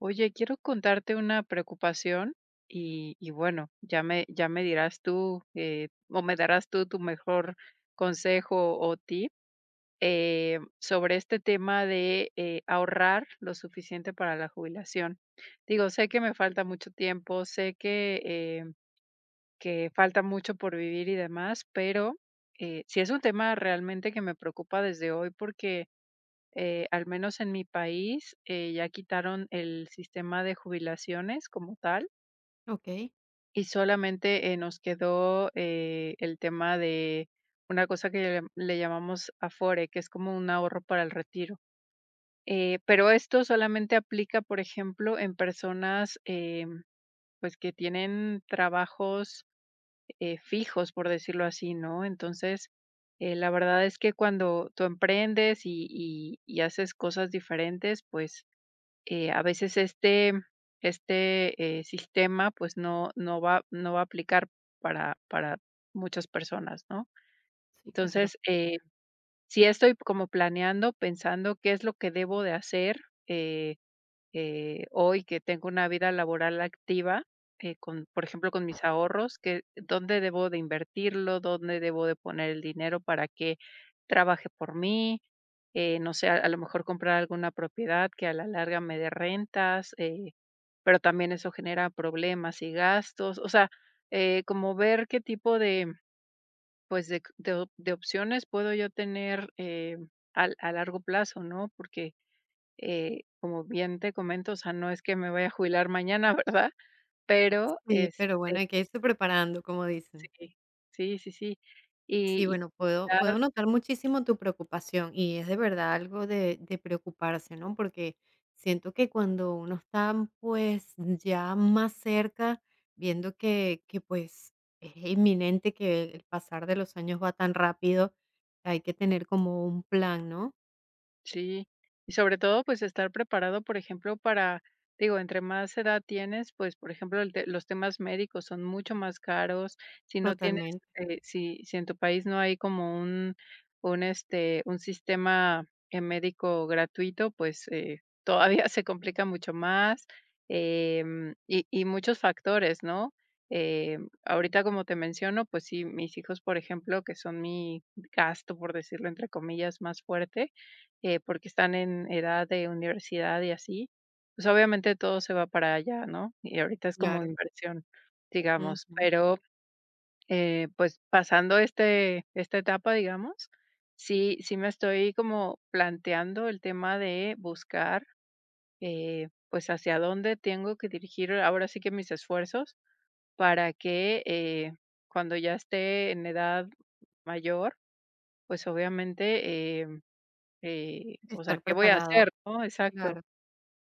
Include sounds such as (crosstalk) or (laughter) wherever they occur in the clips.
Oye, quiero contarte una preocupación y bueno, ya me dirás tú o me darás tú tu mejor consejo o tip, sobre este tema de ahorrar lo suficiente para la jubilación. Digo, sé que me falta mucho tiempo, sé que falta mucho por vivir y demás, pero sí es un tema realmente que me preocupa desde hoy porque al menos en mi país, ya quitaron el sistema de jubilaciones como tal Okey, y solamente nos quedó el tema de una cosa que le llamamos Afore, que es como un ahorro para el retiro. Pero esto solamente aplica, por ejemplo, en personas, pues que tienen trabajos fijos, por decirlo así, ¿no? Entonces, la verdad es que cuando tú emprendes y haces cosas diferentes, pues a veces este, sistema pues no va a aplicar para muchas personas, ¿no? sí, claro. Entonces, sí estoy como planeando, pensando qué es lo que debo de hacer, eh, hoy que tengo una vida laboral activa, con, por ejemplo, con mis ahorros, que dónde debo de invertirlo, dónde debo de poner el dinero para que trabaje por mí, no sé, a lo mejor comprar alguna propiedad que a la larga me dé rentas, pero también eso genera problemas y gastos, o sea, como ver qué tipo de, pues, de opciones puedo yo tener, a largo plazo, ¿no? Porque, como bien te comento, o sea, no es que me vaya a jubilar mañana, (laughs) ¿verdad? Pero, Sí, es pero bueno, hay que irse preparando, como dicen. sí, sí, sí, sí. Sí, Y bueno, puedo notar muchísimo tu preocupación, y es de verdad algo de preocuparse, ¿no? Porque siento que cuando uno está, pues, ya más cerca, viendo que, pues, es inminente que el pasar de los años va tan rápido, hay que tener como un plan, ¿no? sí, y sobre todo, pues, estar preparado, por ejemplo, para... Digo, entre más edad tienes, pues, por ejemplo, el te los temas médicos son mucho más caros. Si no tienes, Totalmente, si en tu país no hay como un este, un sistema, médico gratuito, pues, todavía (laughs) se complica mucho más, y muchos factores, ¿no? Ahorita, como te menciono, pues sí, mis hijos, por ejemplo, que son mi gasto, por decirlo entre comillas, más fuerte, porque están en edad de universidad y así, pues obviamente todo se va para allá, ¿no? Y ahorita es como claro. inversión, digamos, Ujú. pero, pues pasando esta etapa, digamos, sí, sí me estoy como planteando el tema de buscar, pues hacia dónde tengo que dirigir ahora sí que mis esfuerzos para que, cuando ya esté en edad mayor, pues obviamente, o sea, Estar ¿qué voy a preparada, hacer? ¿No? Exacto. claro.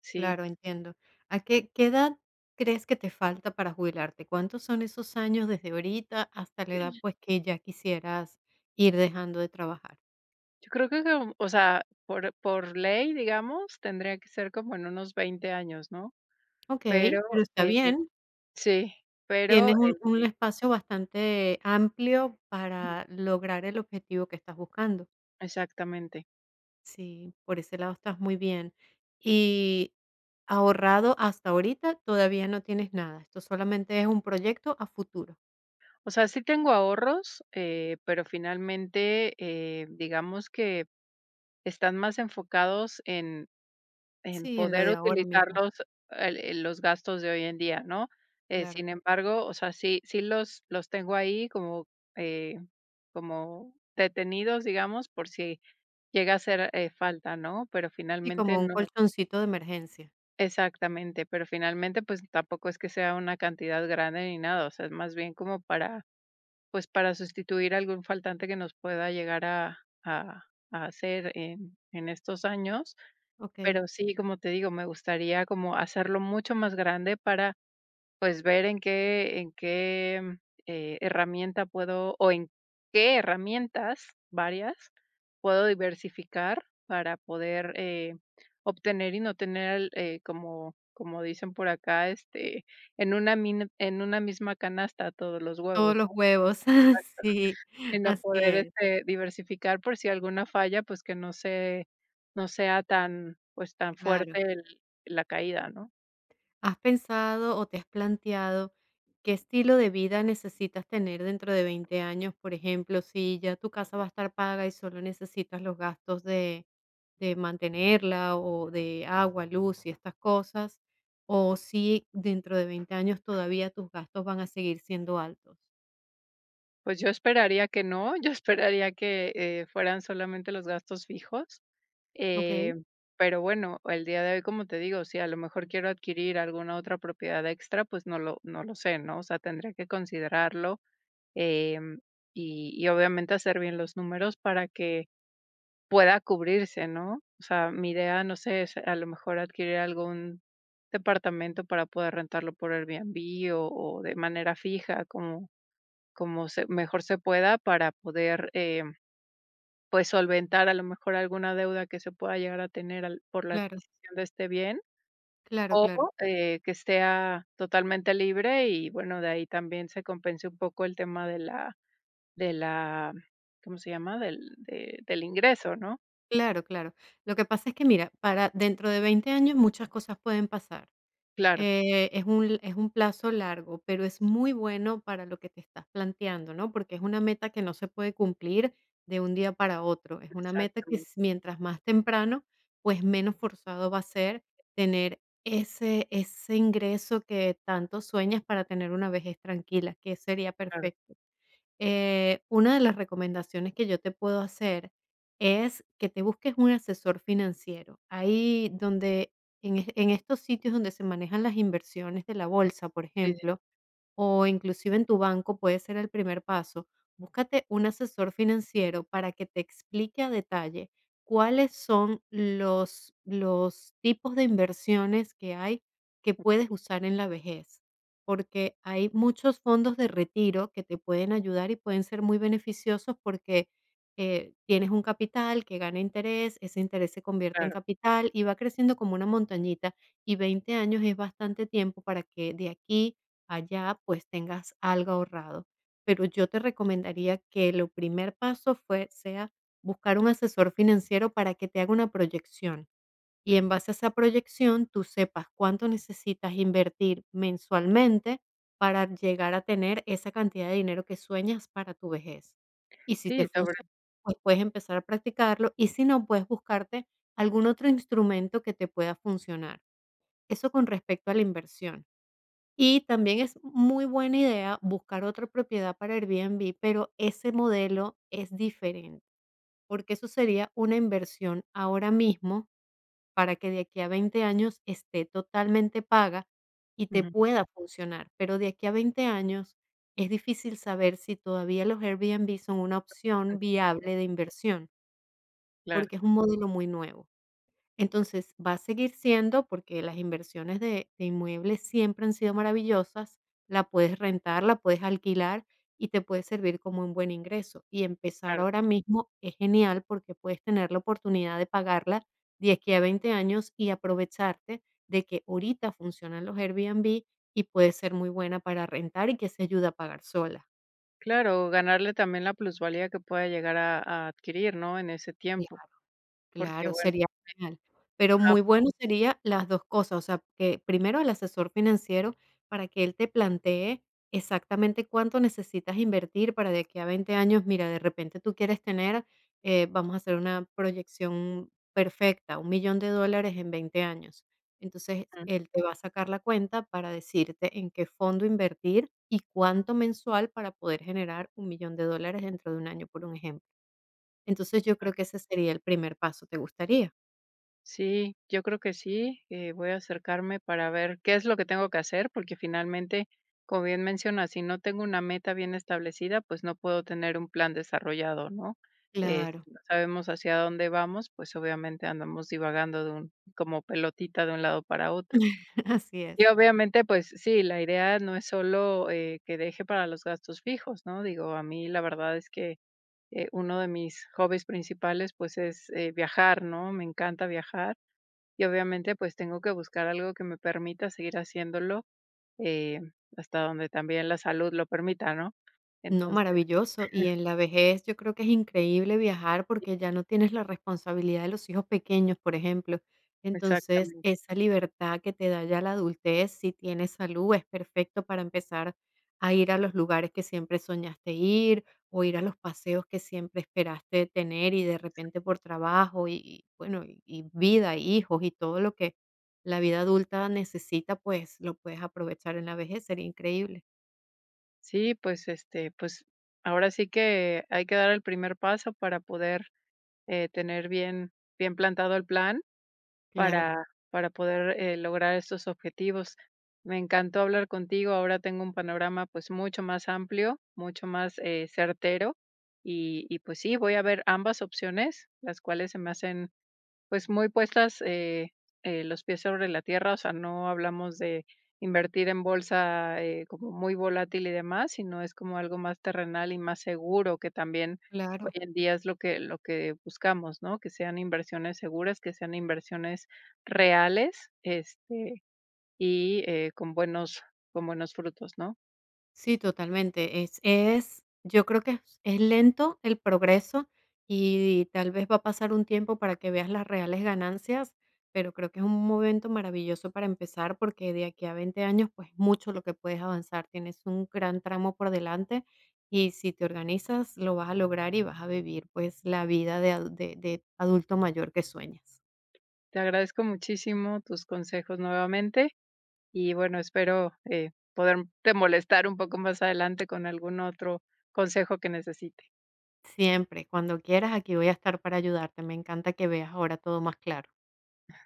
Sí, Claro, entiendo. ¿A qué edad crees que te falta para jubilarte? ¿Cuántos son esos años desde ahorita hasta la edad, pues, que ya quisieras ir dejando de trabajar? yo creo que como, o sea, por ley, digamos, tendría que ser como en unos 20 años, ¿no? Okey, Pero, pero está eh, bien, sí, pero, tienes un espacio bastante amplio ujú, para lograr el objetivo que estás buscando. exactamente. Sí, por ese lado estás muy bien. Y ahorrado hasta ahorita todavía no tienes nada, esto solamente es un proyecto a futuro. O sea, sí tengo ahorros, pero finalmente, digamos que están más enfocados en... En Sí, en lo poder de ahora utilizar mismo, los... el los gastos de hoy en día, ¿no? Claro. Sin embargo, o sea, sí, sí los tengo ahí como eh, como detenidos, digamos, por si llega a ser, falta, ¿no? Pero Sí, finalmente como un no... colchoncito de emergencia. Exactamente, pero finalmente, pues, tampoco es que sea una cantidad grande ni nada, o sea, es más bien como para, pues, para sustituir algún faltante que nos pueda llegar a a hacer en estos años. Okey. Pero sí, como te digo, me gustaría como hacerlo mucho más grande para, pues, ver en qué, herramienta puedo o en qué herramientas, varias, puedo diversificar para poder, obtener y no tener, como como dicen por acá, este, en una misma canasta todos los huevos. Todos los huevos. (laughs) Sí, Y no así poder, es, este, diversificar por si alguna falla, pues, que no se... No sea tan, pues, tan claro. fuerte el la caída, ¿no? ¿Has pensado o te has planteado qué estilo de vida necesitas tener dentro de 20 años? Por ejemplo, si ya tu casa va a estar paga y solo necesitas los gastos de mantenerla o de agua, luz y estas cosas, o si dentro de 20 años todavía tus gastos van a seguir siendo altos. Pues, yo esperaría que no, (laughs) yo esperaría que, fueran solamente los gastos fijos, Okey, eh, pero bueno, el día de hoy, como te digo, si a lo mejor quiero adquirir alguna otra propiedad extra, pues, no lo sé, ¿no? O sea, tendría que considerarlo, em, y obviamente hacer bien los números para que pueda cubrirse, ¿no? O sea, mi idea, no sé, es a lo mejor adquirir algún departamento para poder rentarlo por Airbnb o de manera fija, como, mejor se pueda para poder, pues, solventar a lo mejor alguna deuda que se pueda llegar a tener por la claro, adquisición de este bien claro, o, claro. Que sea totalmente libre y bueno, de ahí también se compense un poco el tema de la, ¿cómo se llama? Del ingreso, ¿no? Claro, claro. Lo que pasa es que, mira, para dentro de 20 años muchas cosas pueden pasar. Claro, es un plazo largo, pero es muy bueno para lo que te estás planteando, ¿no? Porque es una meta que no se puede cumplir de un día para otro. Es una meta que exactamente. s mientras más temprano, pues menos forzado va a ser tener ese ingreso que tanto sueñas para tener una vejez tranquila, que sería Claro. perfecto. Una de las recomendaciones que yo te puedo hacer es que te busques un asesor financiero. Ahí donde en estos sitios donde se manejan las inversiones de la Ujú, bolsa, por sí, sí, ejemplo, o inclusive en tu banco puede ser el primer paso. Búscate un asesor financiero para que te explique a detalle cuáles son los tipos de inversiones que hay que puedes okey, usar en la vejez, porque hay muchos fondos de retiro que te pueden ayudar y pueden ser muy beneficiosos porque tienes un capital que gana interés, ese interés se convierte en claro. capital y va creciendo como una montañita y 20 años es bastante tiempo para que de aquí allá, pues tengas algo ahorrado. Pero yo te recomendaría que lo primer paso sea buscar un asesor financiero para que te haga una proyección y en base a esa proyección tú sepas cuánto necesitas invertir mensualmente para llegar a tener esa cantidad de dinero que sueñas para tu vejez. Y si te Sí, sobre... funciona, pues puedes empezar a practicarlo y si no, puedes buscarte algún otro instrumento que te pueda funcionar. Eso con respecto a la inversión. Y también es muy buena idea buscar otra propiedad para Airbnb, pero ese modelo es diferente, porque eso sería una inversión ahora mismo para que de aquí a 20 años esté totalmente paga y te Ujú, pueda funcionar. Pero de aquí a 20 años es difícil saber si todavía los Airbnb son una opción viable de inversión, claro, porque es un modelo muy nuevo. Entonces, va a seguir siendo, porque las inversiones de inmuebles siempre han sido maravillosas, la puedes rentar, la puedes alquilar y te puede servir como un buen ingreso. Y empezar claro, ahora mismo es genial porque puedes tener la oportunidad de pagarla de aquí a 20 años y aprovecharte de que ahorita funcionan los Airbnb y puede ser muy buena para rentar y que se ayuda a pagar sola. claro, ganarle también la plusvalía que pueda llegar a adquirir, ¿no?, en ese tiempo, porque Claro, bueno... sería genial. Pero Ajá, muy bueno sería las 2 cosas, o sea, que primero el asesor financiero para que él te plantee exactamente cuánto necesitas invertir para de aquí a 20 años, mira, de repente tú quieres tener, vamos a hacer una proyección perfecta, $1,000,000 en 20 años. Entonces, ujú, él te va a sacar la cuenta para decirte en qué fondo invertir y cuánto mensual para poder generar $1,000,000 dentro de un año, por un ejemplo. Entonces, yo creo que ese sería el primer paso, ¿te gustaría? sí, yo creo que sí, voy a acercarme para ver qué es lo que tengo que hacer, porque finalmente, como bien mencionas, si no tengo una meta bien establecida, pues no puedo tener un plan desarrollado, ¿no?, Claro, si no sabemos hacia dónde vamos, pues obviamente andamos divagando de un... Como pelotita de un lado para otro. (laughs) así es. Y obviamente, pues sí, la idea no es solo, que deje para los gastos fijos, ¿no? Digo, a mí la verdad es que, uno de mis hobbies principales, pues, es, viajar, ¿no? Me encanta viajar y obviamente, pues, tengo que buscar algo que me permita seguir haciéndolo, eh, hasta donde también la salud lo permita, ¿no? No, Entonces... maravilloso. Y en la vejez yo creo que es increíble viajar porque ya no tienes la responsabilidad de los hijos pequeños, por ejemplo. Entonces, Exactamente. esa libertad que te da ya la adultez, si tienes salud, es perfecto para empezar a ir a los lugares que siempre soñaste ir o ir a los paseos que siempre esperaste tener y de repente por trabajo bueno, y vida, hijos y todo lo que la vida adulta necesita, pues lo puedes aprovechar en la vejez. Sería increíble. Sí, pues, este, pues, ahora sí que hay que dar el primer paso para poder, tener bien plantado el plan. Claro, para para poder, lograr estos objetivos. Me encantó hablar contigo, ahora tengo un panorama, pues, mucho más amplio, mucho más, certero, y, pues sí, voy a ver ambas opciones, las cuales se me hacen, pues, muy puestas, los pies sobre la tierra, o sea, no hablamos de invertir en bolsa, como muy volátil y demás, sino es como algo más terrenal y más seguro, que también hoy claro. en día es lo que buscamos, ¿no? Que sean inversiones seguras, que sean inversiones reales, este, y, con buenos... Con buenos frutos, ¿no? Sí, totalmente. Es yo creo que es lento el progreso y tal vez va a pasar un tiempo para que veas las reales ganancias, pero creo que es un momento maravilloso para empezar, porque de aquí a 20 años, pues, mucho lo que puedes avanzar. Tienes un gran tramo por delante y si te organizas, lo vas a lograr y vas a vivir, pues, la vida de adulto mayor que sueñas. Te agradezco muchísimo tus consejos nuevamente. Y bueno, espero, poderte molestar un poco más adelante con algún otro consejo que necesite. Siempre, cuando quieras, aquí voy a estar para ayudarte. Me encanta que veas ahora todo más claro.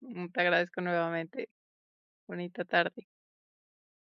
Mm, te agradezco nuevamente. Bonita tarde.